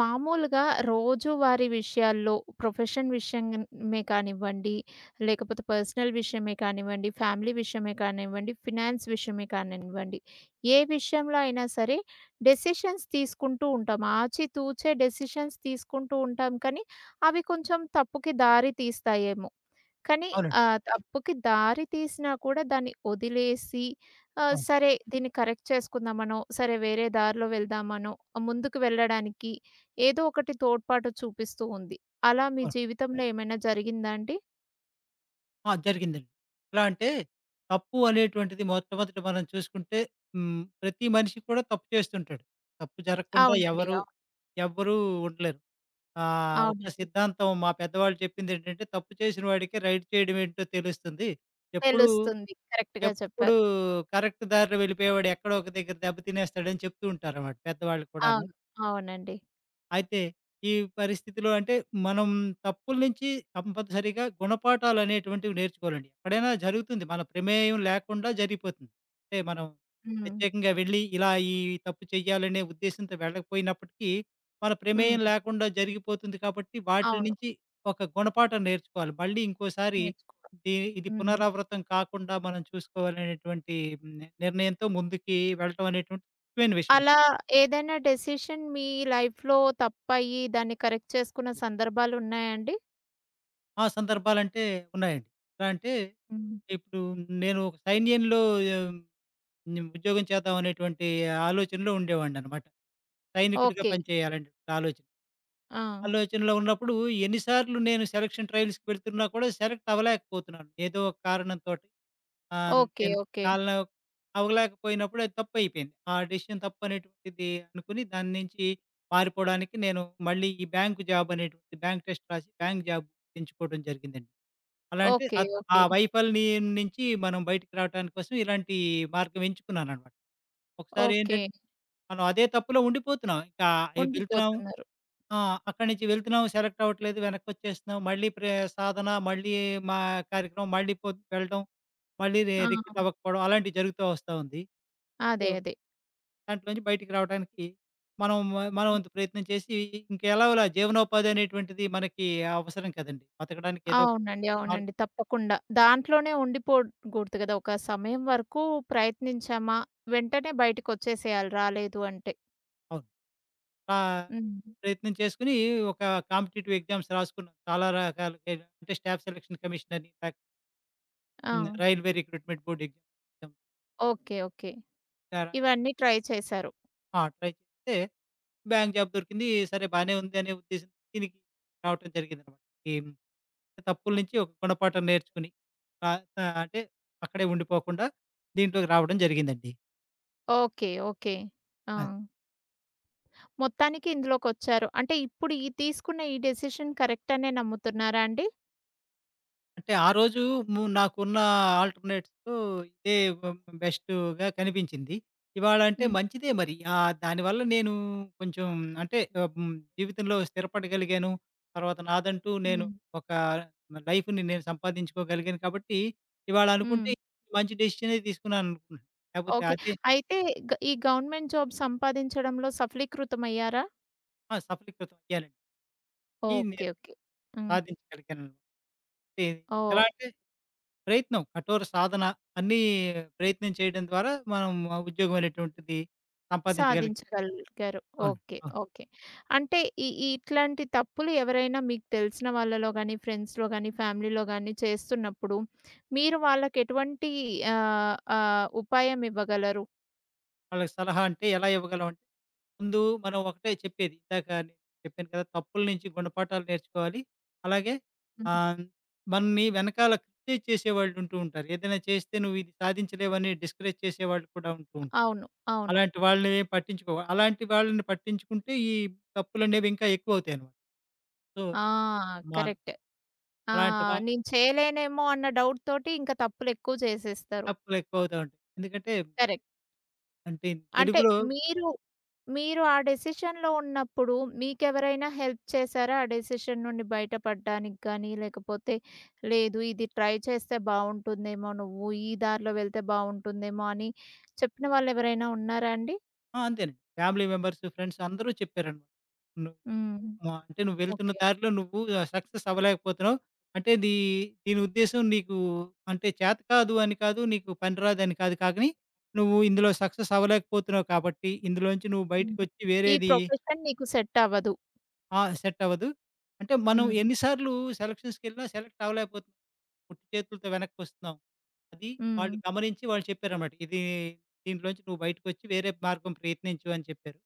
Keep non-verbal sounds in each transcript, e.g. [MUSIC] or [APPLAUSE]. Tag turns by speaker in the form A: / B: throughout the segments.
A: మామూలుగా రోజువారీ విషయాల్లో ప్రొఫెషన్ విషయమే కానివ్వండి, లేకపోతే పర్సనల్ విషయమే కానివ్వండి, ఫ్యామిలీ విషయమే కానివ్వండి, ఫినాన్స్ విషయమే కానివ్వండి, ఏ విషయంలో అయినా సరే డెసిషన్స్ తీసుకుంటూ ఉంటాం. ఆచితూచే డెసిషన్స్ తీసుకుంటూ ఉంటాం కానీ, అవి కొంచెం తప్పుకి దారి తీస్తాయేమో! కానీ
B: అవునండి.
A: తప్పుకి దారి తీసినా కూడా దాన్ని వదిలేసి
B: అవును.
A: సరే దీన్ని కరెక్ట్ చేసుకుందామనో, సరే వేరే దారిలో వెళ్దామనో, ముందుకు వెళ్ళడానికి ఏదో ఒకటి తోడ్పాటు చూపిస్తూ ఉంది. అలా మీ
B: అవును.
A: జీవితంలో ఏమైనా జరిగిందా అండి?
B: ఆ! జరిగిందండి. ఎలా అంటే, తప్పు అనేటువంటిది మొట్టమొదట మనం చూసుకుంటే ప్రతి మనిషి కూడా తప్పు చేస్తుంటాడు. తప్పు జరగకుండా
A: అవునండి.
B: ఎవరు,
A: అవును.
B: ఎవ్వరూ ఉండలేరు. ఒక
A: అవునండి.
B: సిద్ధాంతం మా పెద్దవాళ్ళు చెప్పిందేంటంటే, తప్పు చేసిన వాడికే రైట్ చేయడం ఏంటో తెలుస్తుంది. ఎప్పుడూ,
A: తెలుస్తుంది. కరెక్ట్‌గా
B: ఎప్పుడూ
A: చెప్పారు.
B: కరెక్ట్ దారిలో వెళ్ళిపోయేవాడు ఎక్కడో ఒక దగ్గర దెబ్బ తినేస్తాడని చెప్తూ ఉంటారన్నమాట పెద్దవాళ్ళు కూడాను.
A: అవును. అవునండి.
B: అయితే ఈ పరిస్థితిలో అంటే మనం తప్పుల నుంచి కంపల్సరీగా గుణపాఠాలనేటువంటివి నేర్చుకోవాలండి. ఎక్కడైనా జరుగుతుంది. మన ప్రమేయం లేకుండా జరిగిపోతుంది. అంటే మనం
A: హ్మ్.
B: ప్రత్యేకంగా వెళ్ళి ఇలా ఈ తప్పు చేయాలనే ఉద్దేశ్యంతో వెళ్ళకపోయినప్పటికీ, మన ప్రమేయం
A: హ్మ్.
B: లేకుండా జరిగిపోతుంది కాబట్టి వాటిల
A: అవును.
B: నుంచి ఒక గుణపాఠం నేర్చుకోవాలి. మళ్ళీ ఇంకోసారి
A: నేర్చుకోవడం.
B: ఇది
A: హ్మ్.
B: పునరావృతం కాకుండా మనం చూసుకోవాలనేటువంటి హ్మ్. నిర్ణయంతో ముందుకి వెళ్ళటం అనేటువంటిది ముఖ్యమైన విషయం.
A: అలా ఏదైనా డెసిషన్ మీ లైఫ్‌లో తప్పయ్యి దాన్ని కరెక్ట్ చేసుకున్న సందర్భాలున్నాయా అండి?
B: ఆ సందర్భాలంటే ఉన్నాయండి. ఎలా అంటే
A: హ్మ్.
B: ఇప్పుడు నేను ఒక సైన్యంలో ఆహ్, ఉద్యోగం చేద్దాం అనేటువంటి ఆలోచనలో ఉండేవాడిననమాట. సైనికుడిగా
A: ఓకే.
B: పనిచేయాలని ఆలోచన.
A: ఆ!
B: ఆలోచనలో ఉన్నప్పుడు ఎన్ని సార్లు నేను సెలక్షన్ ట్రయల్స్‌కి వెళ్తున్నా కూడా సెలెక్ట్ అవ్వలేకపోతున్నాను. ఏదో ఒక కారణంతోటి.
A: ఓకే.
B: నేను
A: ఓకే.
B: కాలం అవ్వలేకపోయినప్పుడు అది తప్పయిపోయింది. ఆ డెసిషన్ తప్పనేటువంటిది అనుకుని దాని నుంచి మారిపోవడానికి నేను మళ్ళీ ఈ బ్యాంక్ జాబ్ అనేటువంటి బ్యాంక్ టెస్ట్ రాసి బ్యాంక్ జాబ్ ఎంచుకోవడం జరిగిందండి. అలా అంటే
A: ఓకే.
B: అత్ ఆ
A: ఓకే.
B: వైఫల్యం నుంచి మనం బయటికి రావటానికి కోసం ఇలాంటి మార్గం ఎంచుకున్నాననమాట. ఒకసారి
A: ఓకే.
B: ఏంటంటే, మనం అదే తప్పులో ఉండిపోతున్నాం. ఇంకా ఎ వెళ్తున్నాము
A: ఉండిపోతున్నారు.
B: ఆ! అక్కడి నుంచి వెళ్తున్నాం, సెలెక్ట్ అవ్వట్లేదు, వెనక్కొచ్చేస్తున్నాం. మళ్ళీ సాధన, మళ్ళీ మా కార్యక్రమం, మళ్ళీ వెళ్ళడం, మళ్ళీ
A: ఆ!
B: రిక్రూట్ అవ్వకపోవడం అలాంటివి జరుగుతూ వస్తా ఉంది. సో,
A: అదే. అదే.
B: దాంట్లోంచి బయటికి రావడానికి మనం మన
A: హ్మ్.
B: వంతు ప్రయత్నం చేసి ఇంకెలాగోలా జీవనోపాధి అనేటువంటిది మనకి అవసరం కదండీ! బతకడానికి ఏదో ఒక
A: అవునండి.
B: మార్గం.
A: అవునండి. తప్పకుండా. దాంట్లోనే ఉండిపోకూడదు కదా! ఒక సమయం వరకు ప్రయత్నించామా, వెంటనే బయటికొచ్చేసేయాలి రాలేదు అంటే.
B: అవును. ఆ!
A: హ్మ్.
B: ప్రయత్నం చేసుకొని ఒక కాంపిటీటివ్ ఎగ్జామ్స్ రాసుకున్నాను. చాలా రకాలుగా అంటే స్టాఫ్ సెలక్షన్ కమిషన్ అని, లేక
A: ఆ!
B: Railway recruitment board exam.
A: Okay. Okay. ఇవన్నీ ట్రై చేశారు.
B: ఆ! ట్రై చేస్తే బ్యాంక్ జాబ్ దొరికింది. సరే బానే ఉంది అనే ఉద్దేశంతో దీనికి రావటం జరిగిందనమాట. ఈ తప్పుల నుంచి ఒక గుణపాఠం నేర్చుకుని ఆహ్, ఆహ్, అంటే అక్కడే ఉండిపోకుండా దీంట్లోకి రావడం జరిగిందండి.
A: ఓకే. ఓకే. ఆ!
B: అది.
A: మొత్తానికి ఇందులోకొచ్చారు. అంటే ఇప్పుడు ఈ తీసుకున్న ఈ డెసిషన్ కరెక్ట్ అనే నమ్ముతున్నారా అండి?
B: అంటే ఆ రోజు నాకున్న ఆల్టర్‌నేట్స్‌లో ఇదే బెస్ట్‌గా కనిపించింది. ఇవాళ అంటే
A: హ్మ్.
B: మంచిదే మరి. దానివల్ల నేను కొంచెం అంటే జీవితంలో స్థిరపడగలిగాను. తర్వాత నాదంటూ నేను
A: హ్మ్.
B: ఒక లైఫ్‌ని నేను సంపాదించుకోగలిగాను కాబట్టి, ఇవాళ అనుకుంటే
A: హ్మ్.
B: మంచి డెసిషనే తీసుకున్నాననుకున్నాను. లేకపోతే
A: ఓకే.
B: అదే.
A: అయితే ఈ గవర్నమెంట్ జాబ్ సంపాదించడంలో సఫలీకృతమయ్యారా?
B: ఆ! సఫలీకృతం అయ్యానండి. ఇది నేను
A: ఓకే. ఓకే. హ్మ్.
B: సాధించగలిగాను. అంటే
A: ఓహ్!
B: ఎలా అంటే ప్రయత్నం, కఠోర సాధన అన్నీ ప్రయత్నం చేయడం ద్వారా మనం ఆ ఉద్యోగం అనేటువంటిది సంపాదించగలిగి.
A: సాధించగలిగారు.
B: అవును.
A: ఓకే.
B: అవును.
A: ఓకే. అంటే ఈ ఈ ఇట్లాంటి తప్పులు ఎవరైనా మీకు తెలిసిన వాళ్ళలో గాని, ఫ్రెండ్స్‌లో గాని, ఫ్యామిలీలో గాని చేస్తున్నప్పుడు మీరు వాళ్ళకి ఎటువంటి ఆహ్, ఆహ్, ఉపాయం ఇవ్వగలరు?
B: వాళ్ళకి సలహా అంటే ఎలా ఇవ్వగలం అంటే, ముందు మనం ఒకటే చెప్పేది ఇందాక నేను చెప్పాను కదా! తప్పుల నుంచి గుణపాఠాలు నేర్చుకోవాలి. అలాగే
A: హ్మ్.
B: ఆహ్, మనని వెనకాల క్రిటిసైజ్ చేసేవాళ్ళు ఉంటూ ఉంటారు. ఏదైనా చేస్తే నువ్వు ఇది సాధించలేవని డిస్కరేజ్ చేసేవాళ్ళు కూడా ఉంటూ ఉంటారు.
A: అవును. అవును.
B: అలాంటి వాళ్ళని పట్టించుకుంటే ఈ తప్పులనేవి ఇంకా ఎక్కువవుతాయన్నమాట. సో,
A: ఆ!
B: మనం
A: కరెక్ట్. ఆ!
B: అలాంటి వా
A: నేను చేయలేనేమో అన్న డౌట్ తోటి ఇంకా తప్పులు ఎక్కువ చేసేస్తారు.
B: అప్పులెక్కువవుతా ఉంటాయి. ఎందుకంటే
A: కరెక్ట్.
B: అంటే
A: అంటే
B: తెలుగులో
A: మీరు, మీరు ఆ డెసిషన్‌లో ఉన్నప్పుడు మీకెవరైనా హెల్ప్ చేసారా? ఆ డెసిషన్ నుండి బయటపడడానికి గానీ, లేకపోతే లేదు ఇది ట్రై చేస్తే బావుంటుందేమో, నువ్వు ఈ దారిలో వెళ్తే బావుంటుందేమో అని చెప్పిన వాళ్ళెవరైనా ఉన్నారా అండి?
B: ఆ! అంతేనండి. ఫ్యామిలీ మెంబర్స్, ఫ్రెండ్స్ అందరూ చెప్పారనమాట. నువ్వు
A: హ్మ్.
B: మా అంటే నువ్వెళ్తున్న
A: ఓకే.
B: దారిలో నువ్వు సక్సెస్ అవ్వలేకపోతున్నావు. అంటే దీని ఉద్దేశ్యం నీకు అంటే చేత కాదు అని కాదు, నీకు పని రాదని కాదు కాకని, నువ్వు ఇందులో సక్సెస్ అవ్వలేకపోతున్నావు కాబట్టి, ఇందులోంచి నువ్వు
A: హ్మ్.
B: బయటకొచ్చి
A: ఈ
B: వేరేది.
A: ప్రొఫెషన్ నీకు సెట్ అవ్వదు.
B: ఆ! సెట్ అవ్వదు. అంటే మనం
A: హ్మ్.
B: ఎన్ని సార్లు సెలక్షన్స్‌కెళ్ళినా సెలెక్ట్ అవ్వలేకపోతున్నాం. ఉట్టి చేతులతో వెనక్కొస్తున్నాం. అది
A: హ్మ్.
B: వాళ్ళు గమనించి వాళ్ళు చెప్పారనమాట. ఇది దీంట్లోంచి నువ్వు బయటకొచ్చి వేరే మార్గం ప్రయత్నించు అని చెప్పారు.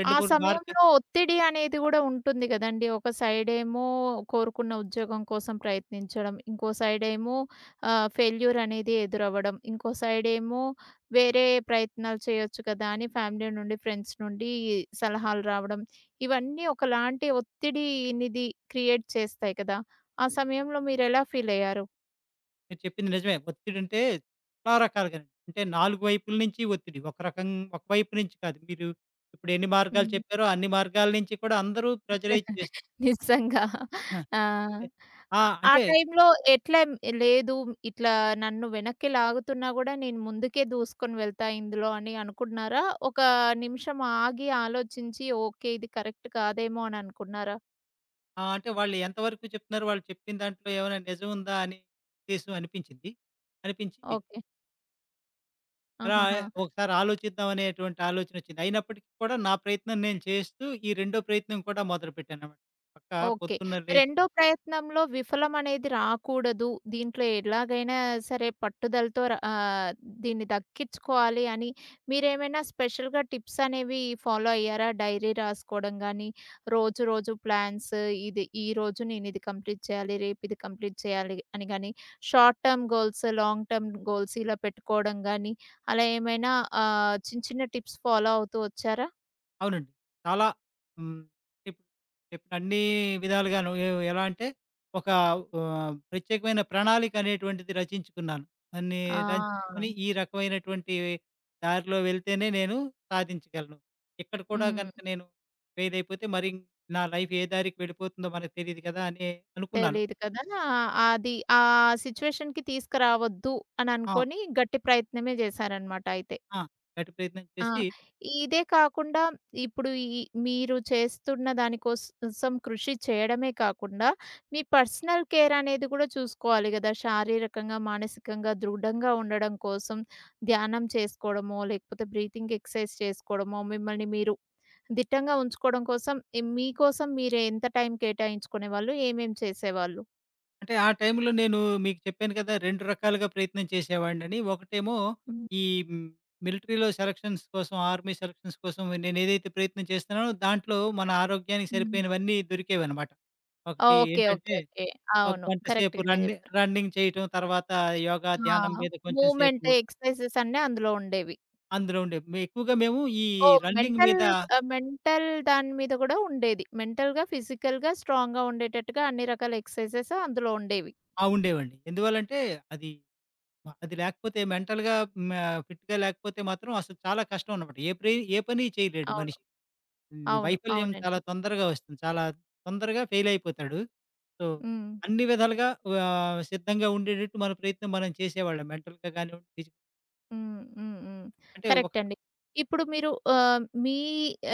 B: 2,
A: ఆ
B: 3 మార్గ
A: సమయంలో ఒత్తిడి అనేది గూడా ఉంటుంది గదండీ! ఒక సైడేమో కోరుకున్న ఉద్యోగం కోసం ప్రయత్నించడం. ఇంకో సైడేమో ఫెయిల్యూర్ అనేది ఎదురవ్వడం. ఇంకో సైడేమో వేరే ప్రయత్నాలు చేయొచ్చు కదా! అని ఫ్యామిలీ నుండి, ఫ్రెండ్స్ నుండి సలహాలు రావడం. ఇవన్నీ ఒకలాంటి ఒత్తిడినిది క్రియేట్ చేస్తాయి కదా! ఆ సమయంలో మీరెలా ఫీలయ్యారు?
B: మీరు చెప్పింది నిజమే. ఒత్తిడంటే చాలా రకాలుగానండి. అంటే 4 వైపుల నుంచి ఒత్తిడి. ఒక రకం ఒక వైపు నుంచి కాదు. మీరు ఇప్పుడు ఎన్ని మార్గాలు
A: హ్మ్.
B: చెప్పారో అన్ని మార్గాల నుంచి కూడా అందరూ ప్రెజరైజ్ చేస్తు.
A: నిజంగా.
B: ఆ!
A: ఆ!
B: అంటే ఆ!
A: ఆ
B: అంటే
A: టైంలో ఎట్లా లేదు ఇట్లా నన్ను వెనక్కి లాగుతున్నా గూడా నేను ముందుకే దూసుకొని వెళ్తా ఇందులో అని అనుకున్నారా? ఒక నిమిషం ఆగి ఆలోచించి ఓకే. ఇది కరెక్ట్ కాదేమో అని అనుకున్నారా?
B: ఆ! అంటే వాళ్ళు ఎంతవరకు చెప్తున్నారు? వాళ్ళు చెప్పిన దాంట్లో ఏమైనా నిజం ఉందా? అని ఉద్దేశం అనిపించింది. అనిపించి
A: ఓకే.
B: అలా
A: ఆహాహా!
B: ఒకసారి ఆలోచిద్దాం అనేటువంటి ఆలోచనొచ్చింది. అయినప్పటికి కూడా నా ప్రయత్నం నేను చేస్తూ, ఈ రెండో ప్రయత్నం కూడా మొదలుపెట్టాననమాట. పక్కా
A: ఓకే.
B: పొద్దున్న లేచి
A: రెండో ప్రయత్నంలో విఫలమనేది రాకూడదు. దీంట్లో ఎలాగైనా సరే పట్టుదలతో దీన్ని దక్కించుకోవాలి అని మీరేమైనా స్పెషల్‌గా టిప్స్ అనేవి ఫాలో అయ్యారా? డైరీ రాసుకోవడం గానీ, రోజు రోజు ప్లాన్స్ ఇది ఈరోజు నేను ఇది కంప్లీట్ చేయాలి, రేపు ఇది కంప్లీట్ చేయాలి అని గానీ, short term goals, long term goals ఇలా పెట్టుకోవడం గానీ, అలా ఏమైనా చిన్న చిన్న టిప్స్ ఫాలో అవుతూ వచ్చారా?
B: అవునండి. చాలా హ్మ్. ఇప్పుడు చెప్పిన అన్ని విధాలుగాను ఎలా అంటే ఒక ప్రత్యేకమైన ప్రణాళిక అనేటువంటిది రచించుకున్నాను. అన్ని
A: ఆ!
B: రచించుకొని ఈ రకమైనటువంటి దారిలో వెళ్తేనే నేను సాధించగలను. ఇక్కడ కూడా
A: హ్మ్.
B: గనక నేను ఫెయిల్ అయిపోతే మరి నా లైఫ్ ఏ దారికి వెళ్ళిపోతుందో మనకు తెలీదు కదా! అని అనుకున్నాను.
A: తెలీదు కదా! అది ఆ సిట్యుయేషన్‌కి తీసుకురావద్దు అని
B: ఆ!
A: అనుకోని గట్టి ప్రయత్నమే చేశారనమాట అయితే.
B: ఆ! గట్టి ప్రయత్నం
A: ఆ!
B: చేసి
A: ఇదే కాకుండా ఇప్పుడు ఈ మీరు చేస్తున్న దాని కోసం కృషి చేయడమే కాకుండా, మీ పర్సనల్ కేర్ అనేది కూడా చూసుకోవాలి కదా! శారీరకంగా, మానసికంగా దృఢంగా ఉండడం కోసం ధ్యానం చేసుకోవడమో, లేకపోతే బ్రీతింగ్ ఎక్సర్సైజ్ చేసుకోవడమో, మిమ్మల్ని మీరు దిట్టంగా ఉంచుకోవడం కోసం, ఈ మీకోసం మీరు ఎంత టైం కేటాయించుకునేవాళ్ళు? ఏమేం చేసేవాళ్ళు?
B: అంటే ఆ టైంలో నేను మీకు చెప్పాను కదా! 2 రకాలుగా ప్రయత్నం చేసేవాడినని. ఒకటేమో
A: హ్మ్.
B: ఈ హ్మ్, మిలిటరీలో సెలక్షన్స్ కోసం, ఆర్మీ సెలక్షన్స్ కోసం నేనేదైతే ప్రయత్నం చేస్తున్నానో దాంట్లో మన ఆరోగ్యానికి
A: హ్మ్.
B: సరిపోయినవన్నీ దొరికేవనమాట. ఒకటి
A: ఓకే. ఓకే.
B: ఏంటంటే
A: ఓకే.
B: ఒక
A: అవును.
B: గంట సేపు
A: కరెక్ట్‌గానే చెప్పారు.
B: రన్నింగ్ చేయటం, తర్వాత యోగా,
A: ఆ!
B: ధ్యానం మీద కొంచెం సేపు
A: మూవ్‌మెంట్ ఎక్సర్‌సైజెస్ అన్నీ అందులో ఉండేవి.
B: అందులో ఉండే ఎక్కువగా మేము ఈ
A: ఓహ్!
B: రన్నింగ్
A: మెంటల్
B: మీద.
A: మెంటల్ దాని మీద కూడా ఉండేది. మెంటల్‌గా, ఫిజికల్‌గా స్ట్రాంగ్‌గా ఉండేటట్టుగా అన్ని రకాల ఎక్సర్‌సైజెస్ అందులో ఉండేవి.
B: ఆ! ఉండేవండి. ఎందువల్లంటే అది అది లేకపోతే మెంటల్‌గా మ ఫిట్‌గా లేకపోతే మాత్రం అసలు చాలా కష్టం అన్నమాట. ఏ పని చేయలేడు
A: అవును.
B: మనిషి.
A: అవును.
B: వైఫల్యం చాలా
A: అవునండి.
B: తొందరగా వస్తుంది. చాలా తొందరగా ఫెయిల్ అయిపోతాడు. సో,
A: హ్మ్.
B: అన్ని విధాలుగా సిద్ధంగా ఉండేటట్టు మన ప్రయత్నం మనం చేసేవాళ్ళం. మెంటల్‌గా కానివ్వండి, ఫిజికల్
A: హ్మ్. హ్మ్. హ్మ్.
B: అంటే ఒక
A: కరెక్ట్
B: పక్క.
A: అండి. ఇప్పుడు మీరు మీ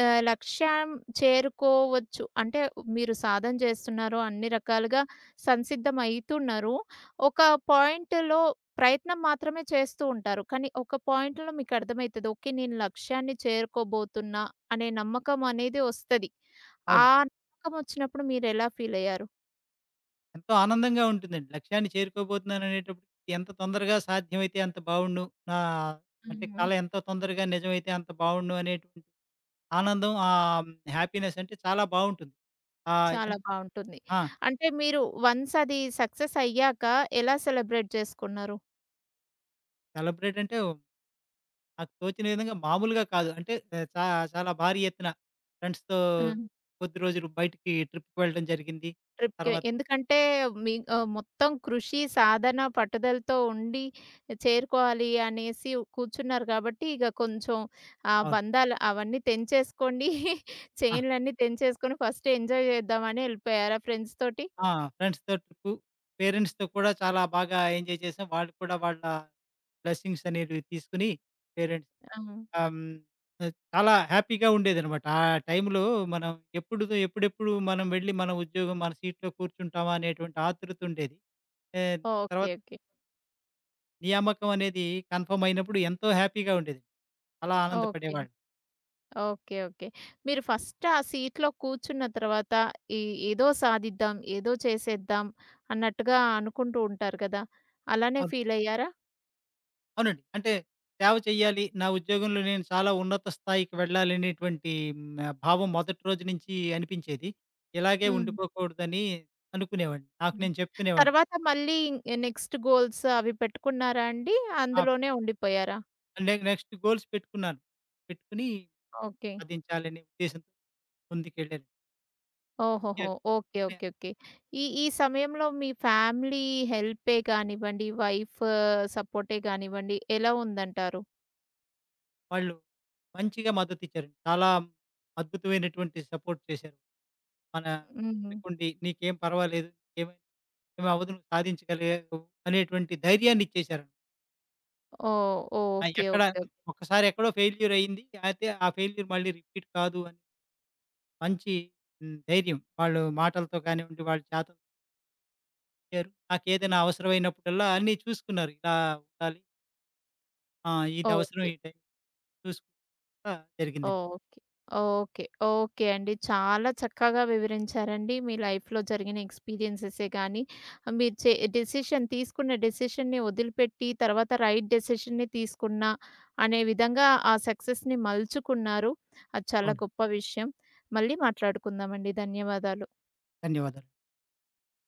A: లక్ష్యం చేరుకోవచ్చు. అంటే మీరు సాధన చేస్తున్నారు. అన్ని రకాలుగా సంసిద్ధం అయితున్నారు. ఒక పాయింట్‌లో ప్రయత్నం మాత్రమే చేస్తూ ఉంటారు. కానీ ఒక పాయింట్‌లో మీకు అర్థమైతది. ఓకే. నేను లక్ష్యాన్ని చేరుకోబోతున్నా అనే నమ్మకం అనేది వస్తది.
B: అవును.
A: ఆ నమ్మకం వచ్చినప్పుడు మీరెలా ఫీల్ అయ్యారు?
B: ఎంతో ఆనందంగా ఉంటుందండి. లక్ష్యాన్ని చేరుకోబోతున్నాను అనేటప్పటికి ఎంత తొందరగా సాధ్యమైతే అంత బావుండు. నా
A: హ్మ్.
B: అంటే
A: హ్మ్.
B: కల ఎంత తొందరగా నిజమైతే అంత బావుండు అనేటువంటి ఆనందం హ్యాపీనెస్ అంటే చాలా బావుంటుంది.
A: చాలా
B: ఎంత.
A: బావుంటుంది.
B: ఆ!
A: అంటే మీరు వన్స్ అది సక్సెస్ అయ్యాక ఎలా సెలబ్రేట్ చేసుకున్నారు?
B: సెలబ్రేట్ అంటే నాకు తోచిన విధంగా మామూలుగా కాదు. అంటే ఆహ్, చా చాలా భారీ ఎత్తున ఫ్రెండ్స్‌తో
A: హ్మ్.
B: కొద్ది రోజులు బయటికి ట్రిప్‌కి వెళ్ళడం జరిగింది.
A: ట్రిప్‌కి
B: తర్వాత
A: ఎందుకంటే మీ మొత్తం కృషి, సాధన, పట్టుదలతో ఉండి చేరుకోవాలి అనేసి కూర్చున్నారు కాబట్టి ఇక కొంచెం ఆ
B: అవును.
A: బంధాలు అవన్నీ తెంచేసుకోండి. [LAUGHS]
B: ఆ!
A: చైన్‌లన్నీ తెంచేసుకొని ఫస్ట్ ఎంజాయ్ చేద్దామని ఎళ్ళిపోయారా ఫ్రెండ్స్ తోటి?
B: ఆ! ఫ్రెండ్స్‌తో ట్రిప్పు, పేరెంట్స్‌తో కూడా చాలా బాగా ఎంజాయ్ చేసాం. వాళ్ళు కూడా వాళ్ళ బ్లెస్సింగ్స్ అనేటివి తీసుకొని పేరెంట్స్
A: ఆ!
B: ఆహ్, హ్మ్, చాలా హ్యాపీగా ఉండేదనమాట. ఆ టైంలో మనం ఎప్పుడుదో ఎప్పుడెప్పుడు మనం వెళ్ళి మన ఉద్యోగం, మన సీట్‌లో కూర్చుంటామా అనేటువంటి ఆతృత ఉండేది. ఆహ్, తర్వాత
A: ఓకే. ఓకే.
B: నియామకం అనేది కన్ఫర్మ్ అయినప్పుడు ఎంతో హ్యాపీగా ఉండేది. అలా
A: ఓకే.
B: ఆనందపడేవాడిని.
A: ఓకే. ఓకే. మీరు ఫస్ట్ ఆ సీట్‌లో కూర్చున్న తర్వాత ఈ ఏదో సాధిద్దాం, ఏదో చేసేద్దాం అన్నట్టుగా అనుకుంటూ ఉంటారు కదా! అలానే
B: అవును.
A: ఫీల్ అయ్యారా?
B: అవునండి. అంటే సేవ చేయాలి. నా ఉద్యోగంలో నేను చాలా ఉన్నత స్థాయికి వెళ్ళాలనేటువంటి భావం మొదటి రోజు నుంచి అనిపించేది. ఇలాగే
A: హ్మ్.
B: ఉండిపోకూడదని అనుకునేవాడిని. నాకు
A: హ్మ్.
B: నేను చెప్పుకునేవాడిని.
A: తర్వాత మళ్ళీ నెక్స్ట్ గోల్స్ అవి పెట్టుకున్నారా అండి?
B: ఆ!
A: అందులోనే ఉండిపోయారా?
B: నెక్స్ట్ గోల్స్ పెట్టుకున్నాను. పెట్టుకొని
A: ఓకే.
B: సాధించాలనే ఉద్దేశంతో ముందుకెళ్ళాను.
A: ఓహోహో! ఓకే. ఓకే. ఓకే. ఈ ఈ సమయంలో మీ ఫ్యామిలీ హెల్పే కానివ్వండి, వైఫ్ సపోర్టే కానివ్వండి ఎలా ఉందంటారు?
B: వాళ్ళు మంచిగా మద్దతిచ్చారండి. చాలా అద్భుతమైనటువంటి సపోర్ట్ చేశారు. మన
A: హ్మ్.
B: అనుకోండి నీకేం పర్వాలేదు. ఏమై ఏమవ్వదు నువ్వు సాధించగలిగావు అనేటువంటి ధైర్యాన్ని ఇచ్చేశారు.
A: ఓహ్!
B: ఆ!
A: ఓకే.
B: ఎక్కడ
A: ఓకే. ఓకే.
B: ఒక్కసారి ఎక్కడో ఫెయిల్యూర్ అయింది. అయితే ఆ ఫెయిల్యూర్ మళ్ళీ రిపీట్ కాదు అని మంచి ధైర్యం. వాళ్ళు మాటలతో కానివ్వండి, వాళ్ళు చేతలు చెప్పారు. నాకేదైనా అవసరమైనప్పుడల్లా అన్నీ చూసుకున్నారు. ఇలా ఉండాలి. ఆ! ఇది అవసరం
A: ఓకే.
B: ఈ టైం చూసుకుంటా జరిగిందండి.
A: ఓకే. ఓకే. ఓకే అండి. చాలా చక్కగా వివరించారండి. మీ లైఫ్‌లో జరిగిన ఎక్స్‌పీరియన్సెసే గానీ, మీరు చే డెసిషన్ తీసుకున్న డెసిషన్‌ని వదిలిపెట్టి, తర్వాత రైట్ డెసిషన్‌ని తీసుకున్నా అనే విధంగా ఆ సక్సెస్‌ని మలుచుకున్నారు. అది చాలా
B: అవునండి.
A: గొప్ప విషయం. మళ్ళీ మాట్లాడుకుందామండి. ధన్యవాదాలు.
B: ధన్యవాదాలు.